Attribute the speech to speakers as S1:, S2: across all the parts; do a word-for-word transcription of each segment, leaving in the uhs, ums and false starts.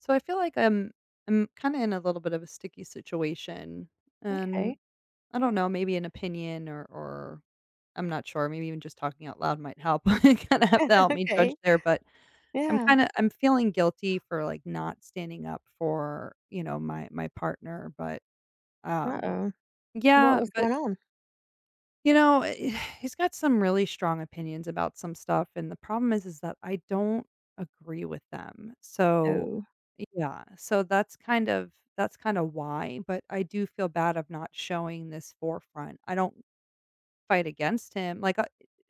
S1: So I feel like I'm I'm kind of in a little bit of a sticky situation, and
S2: Okay,
S1: I don't know, maybe an opinion or or I'm not sure. Maybe even just talking out loud might help. I kind of have to help me judge
S2: okay.
S1: there, but I'm
S2: Yeah.
S1: kind of I'm feeling guilty for like not standing up for you know my my partner, but um
S2: Uh-oh. What
S1: yeah,
S2: was
S1: but
S2: going on?
S1: you know, eh, he's got some really strong opinions about some stuff, and the problem is is that I don't agree with them. So,
S2: Oh,
S1: yeah, so that's kind of that's kind of why, but I do feel bad of not showing this forefront. I don't fight against him. Like, uh,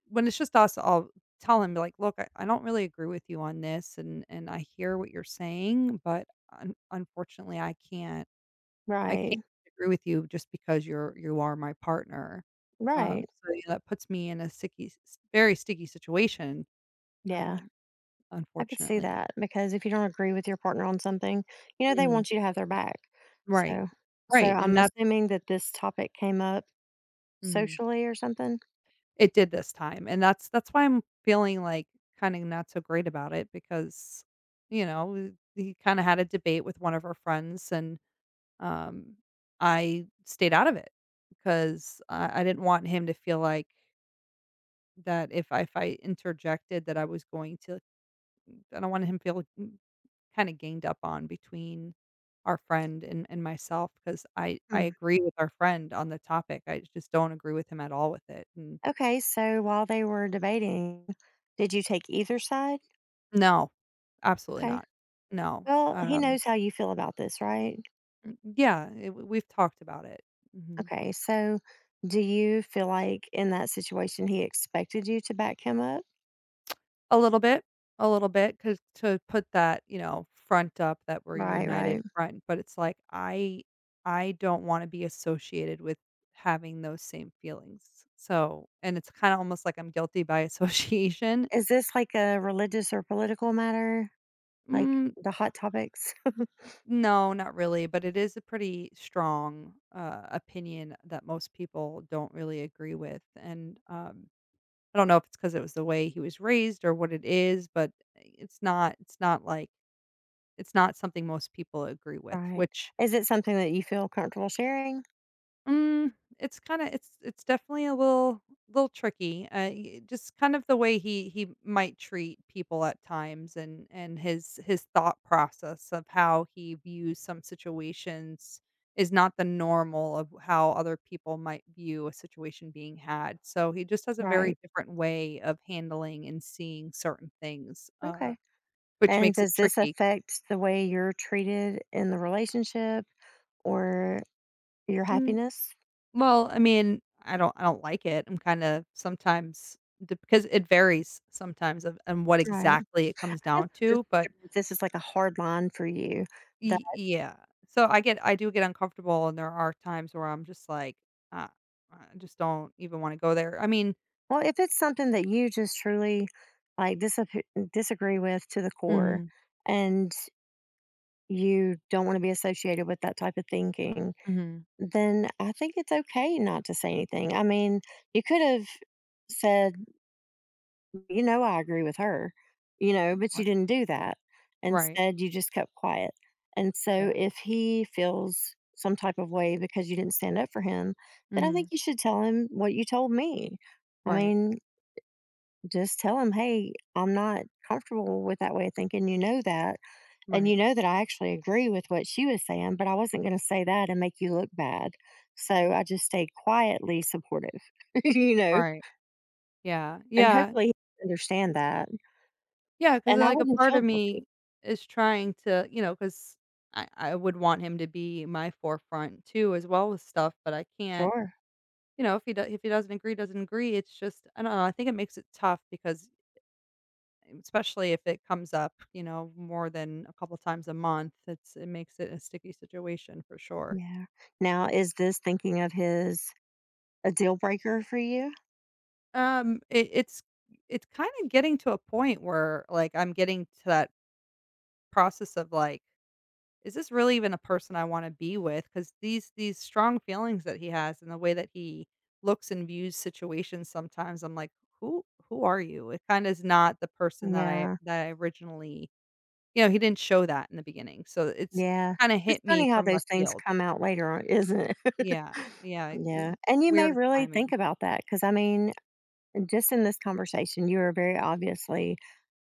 S1: When it's just us, I'll tell him like, "Look, I, I don't really agree with you on this, and and I hear what you're saying, but un- unfortunately, I can't." I can't
S2: right,
S1: agree with you just because you're you are my partner. Um,
S2: right.
S1: so, yeah, that puts me in a sticky s very sticky situation,
S2: Yeah,
S1: um,
S2: I could see
S1: unfortunately.
S2: that because if you don't agree with your partner on something, you know, they
S1: Mm.
S2: want you to have their back.
S1: Right.
S2: So, so
S1: Right, and
S2: I'm
S1: that's
S2: assuming that this topic came up
S1: mhm.
S2: socially or something.
S1: It did this time, and that's that's why I'm feeling, like, kinda not so great about it because, you know, he kinda had a debate with one of her friends, and, um, I stayed out of it because I I didn't want him to feel like that if I if I interjected that I was going to I don't want him feel mm, kinda ganged up on between our friend and and myself because I I
S2: Hmm.
S1: agree with our friend on the topic, I just don't agree with him at all with it, and
S2: Okay, so while they were debating, did you take either side?
S1: no, absolutely
S2: Okay.
S1: not. No,
S2: Well, he
S1: um,
S2: knows how you feel about this, right?
S1: mm yeah, it we've talked about it. Mhm.
S2: Okay, so do you feel like in that situation he expected you to back him up?
S1: A little bit, a little bit, because to put that, you know, front up that we're
S2: Right,
S1: united
S2: right.
S1: front, but it's like, I I don't wanna be associated with having those same feelings, so and it's kinda almost like I'm guilty by association.
S2: Is this like a religious or political matter? Like
S1: Mm,
S2: the hot topics?
S1: no, not really, but it is a pretty strong, uh, opinion that most people don't really agree with, and, um, I don't know if it's because it was the way he was raised or what it is, but it's not it's not like it's not something most people agree with,
S2: Right.
S1: which,
S2: Is it something that you feel comfortable sharing?
S1: mm, it's kinda it's it's definitely a little little tricky, uh, y just kind of the way he he might treat people at times and and his his thought process of how he views some situations is not the normal of how other people might view a situation being had, so he just has a very
S2: Right.
S1: different way of handling and seeing certain things, uh,
S2: Okay.
S1: which
S2: And
S1: makes it
S2: does this
S1: tricky.
S2: affect the way you're treated in the relationship or your
S1: Mm.
S2: happiness?
S1: Well, I mean, I don't I don't like it. I'm kinda sometimes d because it varies sometimes of and what
S2: Right.
S1: exactly it comes
S2: I guess
S1: down
S2: I'm just
S1: to, but
S2: wondering if this is like a hard line for you. That
S1: y yeah. So I get I do get uncomfortable, and there are times where I'm just like, "Uh, I just don't even wanna go there." I mean.
S2: well, if it's something that you just truly like disap- disagree with to the core,
S1: Mhm,
S2: and you don't want to be associated with that type of thinking,
S1: mhm.
S2: then I think it's okay not to say anything. I mean, you could have said, "You know, I agree with her," you know, but you
S1: Right.
S2: didn't do that.
S1: Right.
S2: Instead, you just kept quiet. And so
S1: Yeah.
S2: if he feels some type of way because you didn't stand up for him, then I think
S1: Mhm.
S2: you should tell him what you told me. I
S1: Right,
S2: mean, just tell him, "Hey, I'm not comfortable with that way of thinking. You know that." And you
S1: right.
S2: know that I actually agree with what she was saying, but I wasn't going to say that and make you look bad. So
S1: Mhm.
S2: I just stayed quietly supportive, you know,
S1: Right. Yeah,
S2: and
S1: yeah.
S2: hopefully he understand that.
S1: Yeah, because
S2: And I
S1: like, a
S2: wouldn't
S1: part
S2: feel
S1: of
S2: guilty.
S1: me is trying to you know, because I I would want him to be my forefront too as well with stuff, but I can't
S2: Sure.
S1: you know, if he do if he doesn't agree, doesn't agree, it's just I don't know, I think it makes it tough because um, especially if it comes up, you know, more than a couple times a month, it's it makes it a sticky situation for sure.
S2: Yeah. Now, is this thinking of his a deal breaker for you?
S1: Um, it it's it's kinda getting to a point where, like, I'm getting to that process of, like, is this really even a person I wanna be with? Because these these strong feelings that he has and the way that he looks and views situations sometimes, I'm like, "Who who are you?" It kinda is not the person that I
S2: Yeah.
S1: that I originally you know, he didn't show that in the beginning, so it's
S2: Yeah.
S1: kinda
S2: It's
S1: hit me
S2: funny how
S1: from
S2: those
S1: left
S2: things
S1: field.
S2: come out later on, isn't it?
S1: Yeah, yeah,
S2: Yeah.
S1: and
S2: And you may
S1: weird
S2: really think
S1: timing.
S2: about that because I mean, just in this conversation, you are very obviously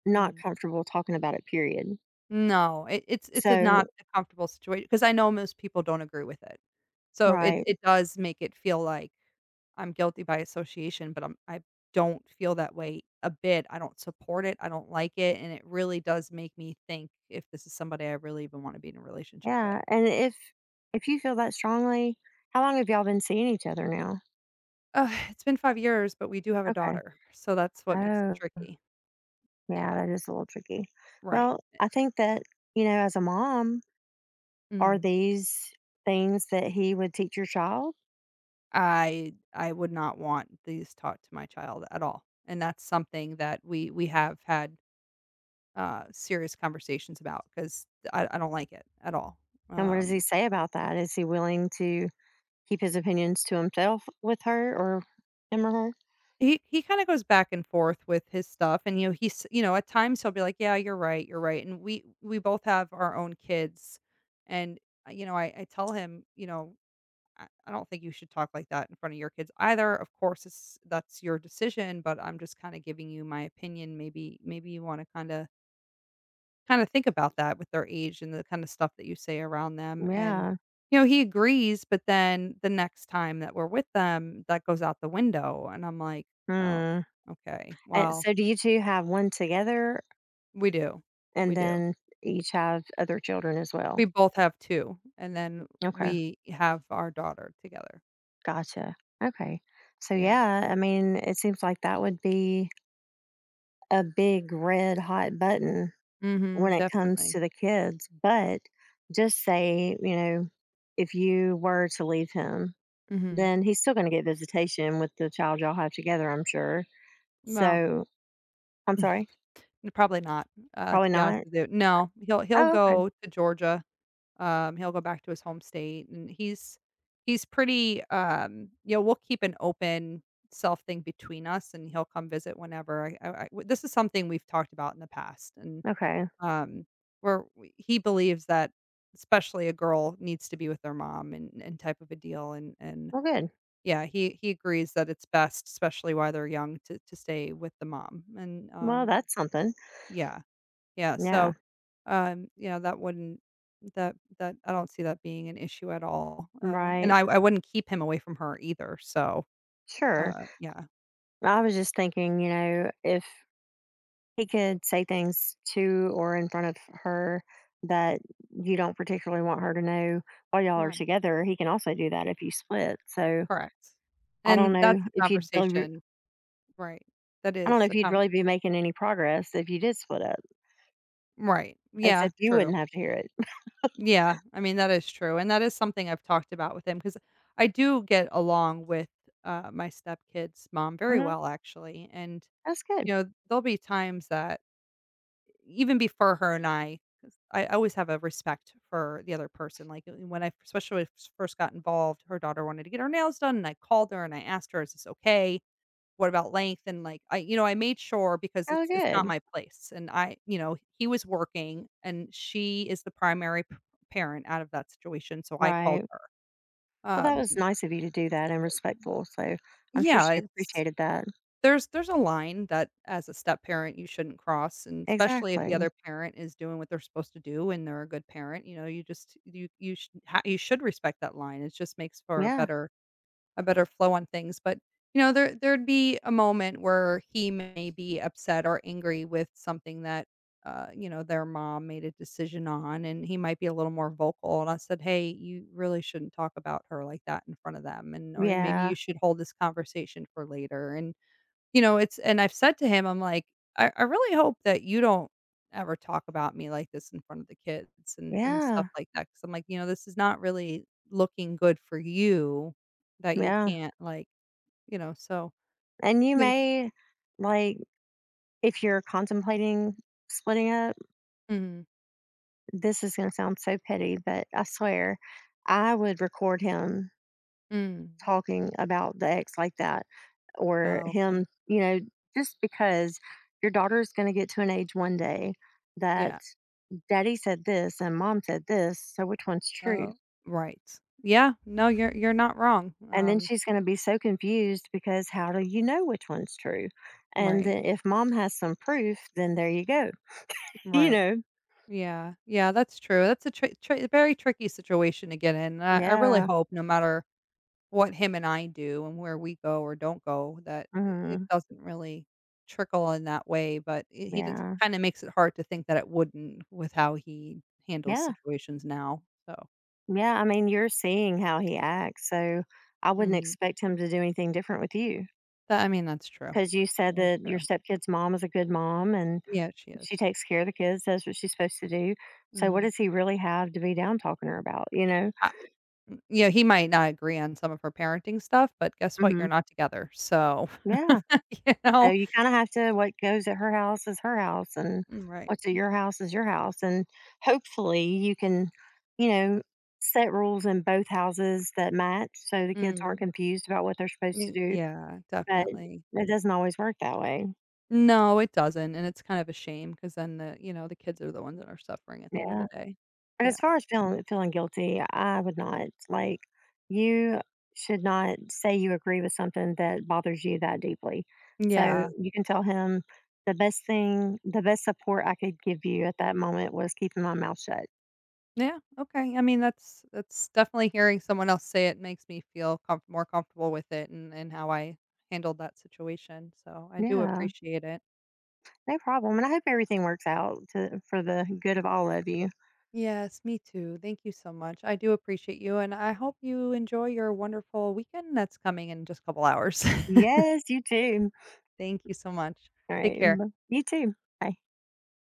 S2: not
S1: Mm.
S2: comfortable talking about it, period.
S1: No, it it's it's a not
S2: So
S1: a comfortable situation because I know most people don't agree with it. So it
S2: right.
S1: it does make it feel like I'm guilty by association, but I'm I don't feel that way a bit. I don't support it, I don't like it, and it really does make me think if this is somebody I really even wanna be in a relationship with.
S2: Yeah, and if if you feel that strongly, how long have y'all been seeing each other now?
S1: Ugh, it's been five years, but we do have a
S2: Okay.
S1: daughter, so that's what makes it
S2: Oh,
S1: tricky.
S2: yeah,
S1: Yeah,
S2: that is a little tricky.
S1: right.
S2: Well, I think that, you know, as a mom, are
S1: Mm.
S2: these things that he would teach your child?
S1: I I would not want these taught to my child at all, and that's something that we we have had, uh, serious conversations about because I I don't like it at all.
S2: And what does he
S1: Um
S2: say about that? Is he willing to keep his opinions to himself with her or him or her?
S1: He he kinda goes back and forth with his stuff, and, you know, he's you know, at times he'll be like, "Yeah, you're right, you're right," and we we both have our own kids, and, uh, you know, I I tell him, you know, "I I don't think you should talk like that in front of your kids either. Of course, it's that's your decision, but I'm just kinda giving you my opinion. Maybe maybe you wanna kinda kinda think about that with their age and the kinda stuff that you say around them, and,
S2: Yeah.
S1: you know, he agrees, but then the next time that we're with them, that goes out the window, and I'm like, "Oh,
S2: Hmm.
S1: okay,
S2: And
S1: well,
S2: so do you two have one together
S1: we do,
S2: and
S1: we do."
S2: then each have other children as well?
S1: We both have two, and then
S2: Okay.
S1: we have our daughter together.
S2: Gotcha. Okay. So
S1: Yeah.
S2: yeah, I mean, it seems like that would be a big red hot button
S1: Mhm,
S2: when it comes
S1: definitely.
S2: to the kids. But just say, you know, if you were to leave him,
S1: Mhm.
S2: then he's still going to get visitation with the child y'all have together, I'm sure.
S1: Well,
S2: So I'm sorry,
S1: probably not, uh,
S2: probably
S1: to be honest
S2: not.
S1: with you. No, he'll he'll
S2: Oh, okay.
S1: go to Georgia. Um, he'll go back to his home state, and he's he's pretty, um you know, we'll keep an open self thing between us, and he'll come visit whenever. I I I w This is something we've talked about in the past, and,
S2: Okay.
S1: um, where we he believes that especially a girl needs to be with their mom and and type of a deal, and and
S2: Well, good.
S1: yeah, he he agrees that it's best, especially while they're young, to to stay with the mom, and,
S2: Well,
S1: um,
S2: that's something.
S1: yeah. Yeah, so,
S2: Yeah.
S1: um, yeah, that wouldn't that that I don't see that being an issue at all, uh, and
S2: Right.
S1: I I wouldn't keep him away from her either, so,
S2: Sure.
S1: uh, yeah.
S2: I was just thinking, you know, if he could say things to or in front of her that you don't particularly want her to know while y'all are
S1: Right,
S2: together. He can also do that if you split. So
S1: correct.
S2: I don't
S1: And that's
S2: know
S1: a
S2: if you'd really, re-
S1: conversation, right, that
S2: I don't know
S1: is
S2: if
S1: a
S2: you'd
S1: con
S2: really be making any progress if you did split up,
S1: right, yeah,
S2: except you
S1: true.
S2: wouldn't have to hear it.
S1: Yeah, I mean, that is true, and that is something I've talked about with him because I do get along with, uh, my stepkid's mom very
S2: Hmm.
S1: well, actually, and,
S2: That's good.
S1: you know, there'll be times that even before her and I, 'cause I I always have a respect for the other person, like, w when I especially when I f- first got involved, her daughter wanted to get her nails done, and I called her and I asked her, "Is this okay? What about length?" And, like, I you know, I made sure because
S2: Oh,
S1: it's it's not
S2: good.
S1: my place, and I you know, he was working, and she is the primary p parent out of that situation, so I called
S2: Right.
S1: her.
S2: Well, that
S1: Um,
S2: was nice of you to do that and respectful. So I'm sure
S1: yeah,
S2: she
S1: it's,
S2: appreciated that.
S1: there's there's a line that as a step-parent you shouldn't cross, and especially if the
S2: Exactly.
S1: other parent is doing what they're supposed to do and they're a good parent, you know, you just you you sh ha you should respect that line. It just makes for a
S2: Yeah.
S1: better a better flow on things, but, you know, there there'd be a moment where he may be upset or angry with something that, uh, you know, their mom made a decision on, and he might be a little more vocal, and I said, "Hey, you really shouldn't talk about her like that in front of them, and or maybe you
S2: Yeah.
S1: should hold this conversation for later," and you know, it's and I've said to him, I'm like, "I I really hope that you don't ever talk about me like this in front of the kids and and stuff
S2: Yeah.
S1: like that. Because 'Cause I'm like, "You know, this is not really looking good for you that you
S2: Yeah.
S1: can't, like," you know, so
S2: And you
S1: yeah.
S2: may, like, if you're contemplating splitting up,
S1: Mhm.
S2: this is going to sound so petty, but I swear I would record him
S1: Mm.
S2: talking about the ex like that or
S1: Oh, okay.
S2: him, you know, just because your daughter is going to get to an age one day that
S1: Yeah.
S2: daddy said this and mom said this. So which one's true?
S1: Oh, right. Yeah. No, you're you're not wrong.
S2: And then
S1: Um,
S2: she's going to be so confused because how do you know which one's true? And
S1: right.
S2: then if mom has some proof, then there you go. You
S1: Right.
S2: know,
S1: Yeah. Yeah, that's true. That's a tri tri very tricky situation to get in. I I really
S2: yeah.
S1: hope no matter what him and I do and where we go or don't go that it
S2: Mhm.
S1: doesn't really trickle in that way, but I he just
S2: Yeah.
S1: kinda makes it hard to think that it wouldn't with how he handles
S2: Yeah.
S1: situations now, so
S2: Yeah, I mean, you're seeing how he acts, so I wouldn't
S1: mhm.
S2: expect him to do anything different with you
S1: That I mean, that's true.
S2: because you said
S1: That is
S2: that your
S1: true.
S2: stepkid's mom is a good mom and
S1: Yeah, she
S2: she
S1: is.
S2: takes care of the kids, does what she's supposed to do. So, what
S1: Mhm.
S2: does he really have to be down talking to her about, you know?
S1: I m Yeah, he might not agree on some of her parenting stuff, but guess what?
S2: Hmm.
S1: You're not together, so,
S2: Yeah.
S1: you
S2: So,
S1: know?
S2: you kind of have to, what goes at her house is her house, and
S1: Mm, right.
S2: what's at your house is your house. And hopefully, you can, you know, set rules in both houses that match so the kids aren't
S1: Mm.
S2: confused about what they're supposed to
S1: Y
S2: do.
S1: yeah,
S2: But
S1: definitely.
S2: it doesn't always work that way.
S1: No, it doesn't, and it's kind of a shame because then the you know, the kids are the ones that are suffering at the end of the
S2: Yeah.
S1: day.
S2: But
S1: Yeah.
S2: as far as feeling feeling guilty, I would not. Like you should not say you agree with something that bothers you that deeply. So
S1: Yeah.
S2: you can tell him the best thing, the best support I could give you at that moment was keeping my mouth shut.
S1: Yeah, okay. I mean, that's that's definitely hearing someone else say it makes me feel comf more comfortable with it and and how I handled that situation, so I do
S2: Yeah,
S1: appreciate it.
S2: no problem. And I hope everything works out to, for the good of all of you.
S1: Yes, me too. Thank you so much. I do appreciate you, and I hope you enjoy your wonderful weekend that's coming in just a couple hours.
S2: Yes, you too.
S1: Thank you so much.
S2: All
S1: Take
S2: right.
S1: care.
S2: b- You too. Bye.